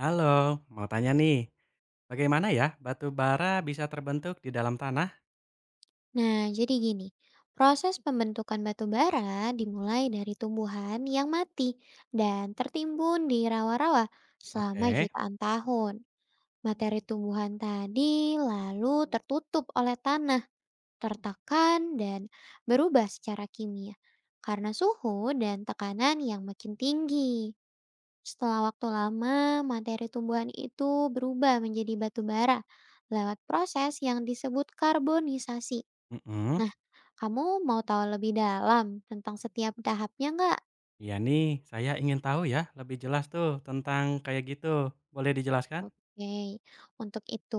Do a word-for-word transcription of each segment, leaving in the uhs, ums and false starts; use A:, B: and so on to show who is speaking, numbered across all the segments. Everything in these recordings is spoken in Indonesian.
A: Halo, mau tanya nih, bagaimana ya batu bara bisa terbentuk di dalam tanah?
B: Nah, jadi gini, proses pembentukan batu bara dimulai dari tumbuhan yang mati dan tertimbun di rawa-rawa selama
A: Oke,
B: jutaan tahun. Materi tumbuhan tadi lalu tertutup oleh tanah, tertekan, dan berubah secara kimia karena suhu dan tekanan yang makin tinggi. Setelah waktu lama, materi tumbuhan itu berubah menjadi batu bara lewat proses yang disebut karbonisasi.
A: mm-mm.
B: Nah, kamu mau tahu lebih dalam tentang setiap tahapnya nggak?
A: Iya nih, saya ingin tahu ya lebih jelas tuh tentang kayak gitu. Boleh dijelaskan?
B: Oke, untuk itu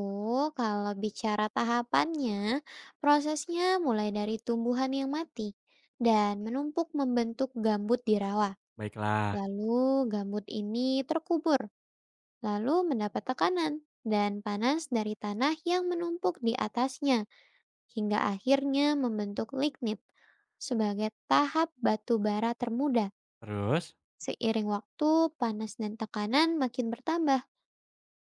B: kalau bicara tahapannya, prosesnya mulai dari tumbuhan yang mati dan menumpuk membentuk gambut di rawa.
A: Baiklah,
B: Lalu gambut ini terkubur, lalu mendapat tekanan dan panas dari tanah yang menumpuk di atasnya hingga akhirnya membentuk lignit sebagai tahap batu bara termuda.
A: terus?
B: Seiring waktu, panas dan tekanan makin bertambah.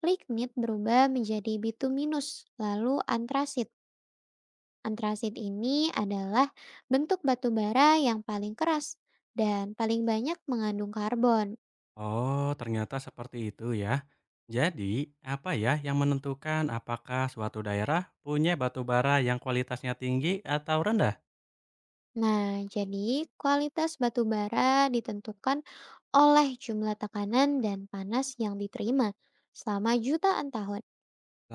B: Lignit berubah menjadi bituminus, lalu antrasit. Antrasit ini adalah bentuk batu bara yang paling keras dan paling banyak mengandung karbon.
A: Oh, ternyata seperti itu ya. Jadi, apa ya yang menentukan apakah suatu daerah punya batu bara yang kualitasnya tinggi atau rendah?
B: Nah, jadi kualitas batu bara ditentukan oleh jumlah tekanan dan panas yang diterima selama jutaan tahun.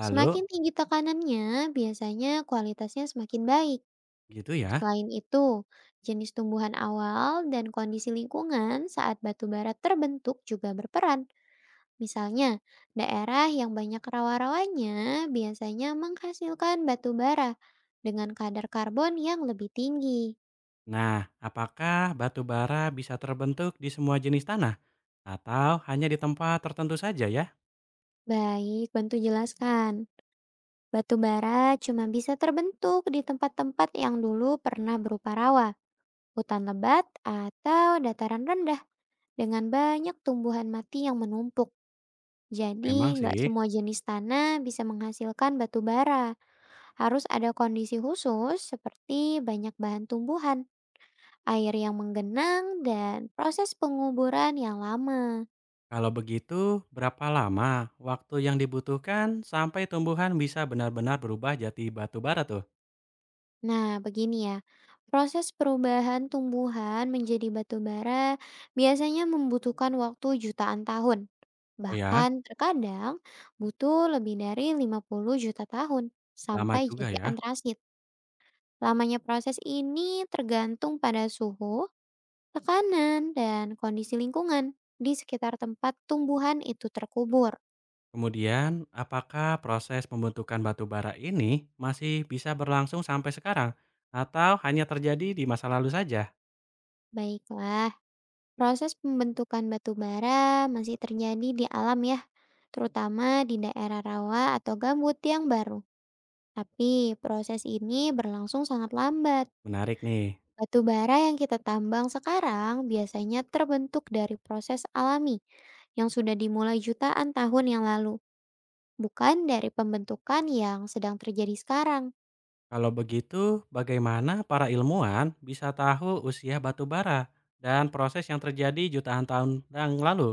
B: Semakin tinggi tekanannya, biasanya kualitasnya semakin baik.
A: gitu ya.
B: Selain itu, jenis tumbuhan awal dan kondisi lingkungan saat batu bara terbentuk juga berperan. Misalnya, daerah yang banyak rawa-rawanya biasanya menghasilkan batu bara dengan kadar karbon yang lebih tinggi.
A: Nah, apakah batu bara bisa terbentuk di semua jenis tanah? Atau hanya di tempat tertentu saja ya?
B: Baik, bantu jelaskan. Batu bara cuma bisa terbentuk di tempat-tempat yang dulu pernah berupa rawa, hutan lebat, atau dataran rendah dengan banyak tumbuhan mati yang menumpuk.
A: Memang
B: Jadi, nggak
A: sih.
B: semua jenis tanah bisa menghasilkan batu bara. Harus ada kondisi khusus seperti banyak bahan tumbuhan, air yang menggenang, dan proses penguburan yang lama.
A: Kalau begitu, berapa lama waktu yang dibutuhkan sampai tumbuhan bisa benar-benar berubah jadi batu bara tuh?
B: Nah, begini ya, proses perubahan tumbuhan menjadi batu bara biasanya membutuhkan waktu jutaan tahun.
A: Oh ya,
B: Bahkan terkadang butuh lebih dari lima puluh juta tahun
A: lama
B: sampai
A: juga
B: jadi
A: ya.
B: antrasit. Lamanya proses ini tergantung pada suhu tekanan, dan kondisi lingkungan di sekitar tempat tumbuhan itu terkubur.
A: Kemudian, apakah proses pembentukan batu bara ini masih bisa berlangsung sampai sekarang? Atau hanya terjadi di masa lalu saja?
B: Baiklah, proses pembentukan batu bara masih terjadi di alam ya, terutama di daerah rawa atau gambut yang baru. Tapi proses ini berlangsung sangat lambat.
A: Menarik nih.
B: Batu bara yang kita tambang sekarang biasanya terbentuk dari proses alami yang sudah dimulai jutaan tahun yang lalu, bukan dari pembentukan yang sedang terjadi sekarang.
A: Kalau begitu, bagaimana para ilmuwan bisa tahu usia batu bara dan proses yang terjadi jutaan tahun yang lalu?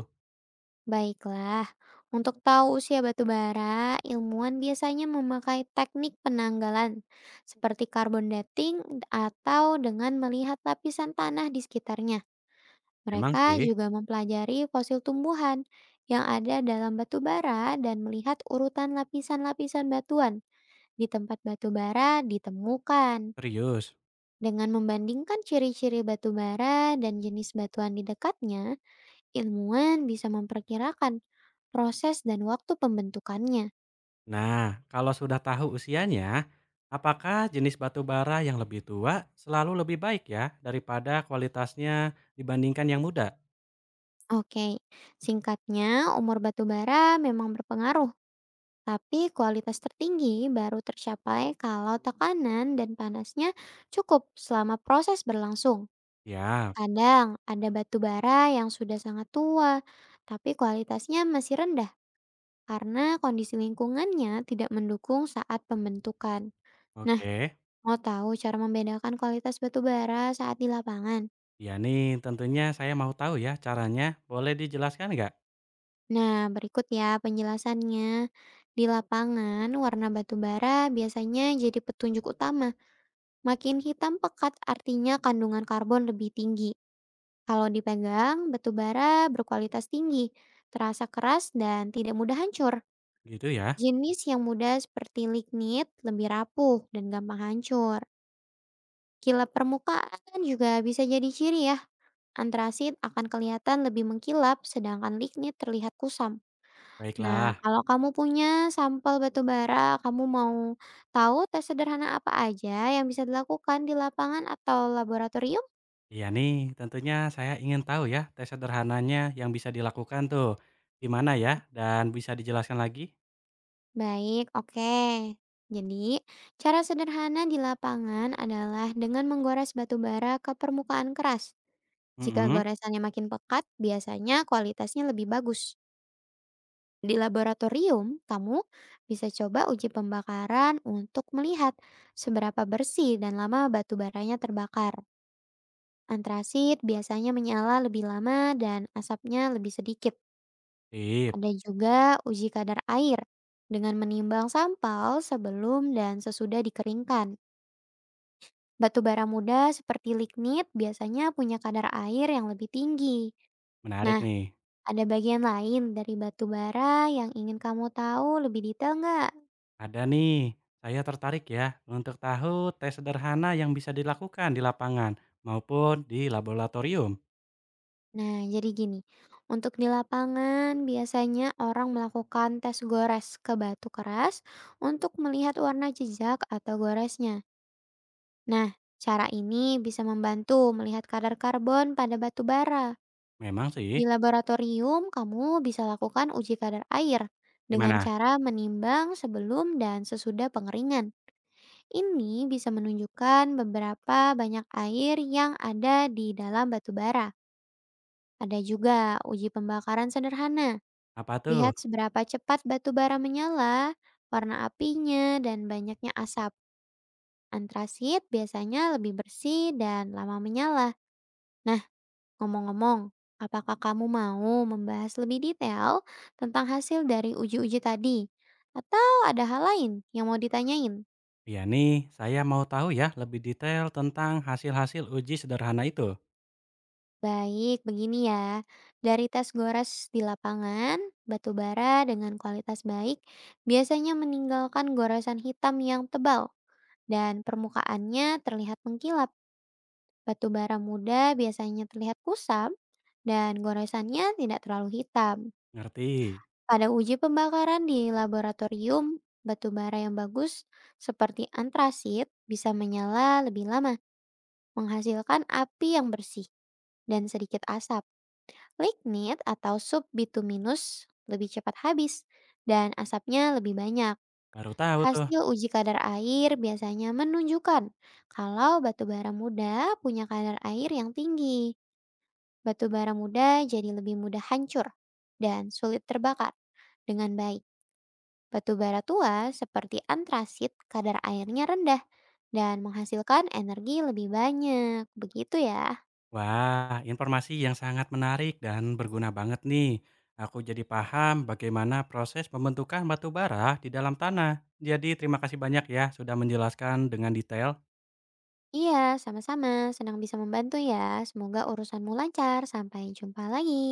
B: Baiklah, untuk tahu usia batu bara, ilmuwan biasanya memakai teknik penanggalan seperti carbon dating atau dengan melihat lapisan tanah di sekitarnya.
A: Emang
B: Mereka
A: sih,
B: juga mempelajari fosil tumbuhan yang ada dalam batu bara dan melihat urutan lapisan-lapisan batuan di tempat batu bara ditemukan.
A: serius.
B: Dengan membandingkan ciri-ciri batu bara dan jenis batuan di dekatnya, ilmuwan bisa memperkirakan proses dan waktu pembentukannya.
A: Nah, kalau sudah tahu usianya, apakah jenis batu bara yang lebih tua selalu lebih baik ya daripada kualitasnya dibandingkan yang muda?
B: Oke, singkatnya umur batu bara memang berpengaruh, tapi kualitas tertinggi baru tercapai kalau tekanan dan panasnya cukup selama proses berlangsung.
A: Ya,
B: Kadang ada batu bara yang sudah sangat tua, tapi kualitasnya masih rendah karena kondisi lingkungannya tidak mendukung saat pembentukan. Nah,
A: oke.
B: mau tahu cara membedakan kualitas batu bara saat di lapangan?
A: Ya nih, tentunya saya mau tahu ya caranya. Boleh dijelaskan nggak?
B: Nah, berikut ya penjelasannya. Di lapangan, warna batu bara biasanya jadi petunjuk utama. Makin hitam pekat artinya kandungan karbon lebih tinggi. Kalau dipegang, batu bara berkualitas tinggi, terasa keras dan tidak mudah hancur.
A: Gitu ya.
B: Jenis yang mudah seperti lignit lebih rapuh dan gampang hancur. Kilap permukaan juga bisa jadi ciri ya. Antrasit akan kelihatan lebih mengkilap, sedangkan lignit terlihat kusam. Nah,
A: Baiklah.
B: kalau kamu punya sampel batu bara, kamu mau tahu tes sederhana apa aja yang bisa dilakukan di lapangan atau laboratorium?
A: Iya nih, tentunya saya ingin tahu ya tes sederhananya yang bisa dilakukan tuh di mana ya dan bisa dijelaskan lagi?
B: Baik, oke. Jadi, cara sederhana di lapangan adalah dengan menggores batu bara ke permukaan keras. Jika
A: Mhm.
B: goresannya makin pekat, biasanya kualitasnya lebih bagus. Di laboratorium, kamu bisa coba uji pembakaran untuk melihat seberapa bersih dan lama batu baranya terbakar. Antrasit biasanya menyala lebih lama dan asapnya lebih sedikit.
A: Sip,
B: Ada juga uji kadar air dengan menimbang sampel sebelum dan sesudah dikeringkan. Batu bara muda seperti lignit biasanya punya kadar air yang lebih tinggi.
A: menarik
B: Nah,
A: nih.
B: ada bagian lain dari batu bara yang ingin kamu tahu lebih detail nggak?
A: Ada nih, saya tertarik ya untuk tahu tes sederhana yang bisa dilakukan di lapangan maupun di laboratorium.
B: Nah, jadi gini, untuk di lapangan biasanya orang melakukan tes gores ke batu keras untuk melihat warna jejak atau goresnya. Nah, cara ini bisa membantu melihat kadar karbon pada batu bara.
A: Memang sih,
B: Di laboratorium, kamu bisa lakukan uji kadar air dengan
A: gimana?
B: cara menimbang sebelum dan sesudah pengeringan. Ini bisa menunjukkan beberapa banyak air yang ada di dalam batu bara. Ada juga uji pembakaran sederhana.
A: Apa tuh?
B: Lihat seberapa cepat batu bara menyala, warna apinya, dan banyaknya asap. Antrasit biasanya lebih bersih dan lama menyala. Ngomong-ngomong, apakah kamu mau membahas lebih detail tentang hasil dari uji-uji tadi? Atau ada hal lain yang mau ditanyain?
A: Iya nih, saya mau tahu ya lebih detail tentang hasil-hasil uji sederhana itu.
B: Baik, begini ya. Dari tes gores di lapangan, batu bara dengan kualitas baik biasanya meninggalkan goresan hitam yang tebal dan permukaannya terlihat mengkilap. Batu bara muda biasanya terlihat kusam dan goresannya tidak terlalu hitam.
A: Ngerti?
B: Pada uji pembakaran di laboratorium, batu bara yang bagus seperti antrasit bisa menyala lebih lama, menghasilkan api yang bersih dan sedikit asap. Lignit atau subbituminus lebih cepat habis dan asapnya lebih banyak.
A: Baru tahu tuh.
B: Hasil uji kadar air biasanya menunjukkan kalau batu bara muda punya kadar air yang tinggi. Batu bara muda jadi lebih mudah hancur dan sulit terbakar dengan baik. Batu bara tua seperti antrasit kadar airnya rendah dan menghasilkan energi lebih banyak. Begitu ya.
A: Wah, informasi yang sangat menarik dan berguna banget nih. Aku jadi paham bagaimana proses pembentukan batu bara di dalam tanah. Jadi terima kasih banyak ya sudah menjelaskan dengan detail.
B: Iya, sama-sama. Senang bisa membantu ya. Semoga urusanmu lancar. Sampai jumpa lagi.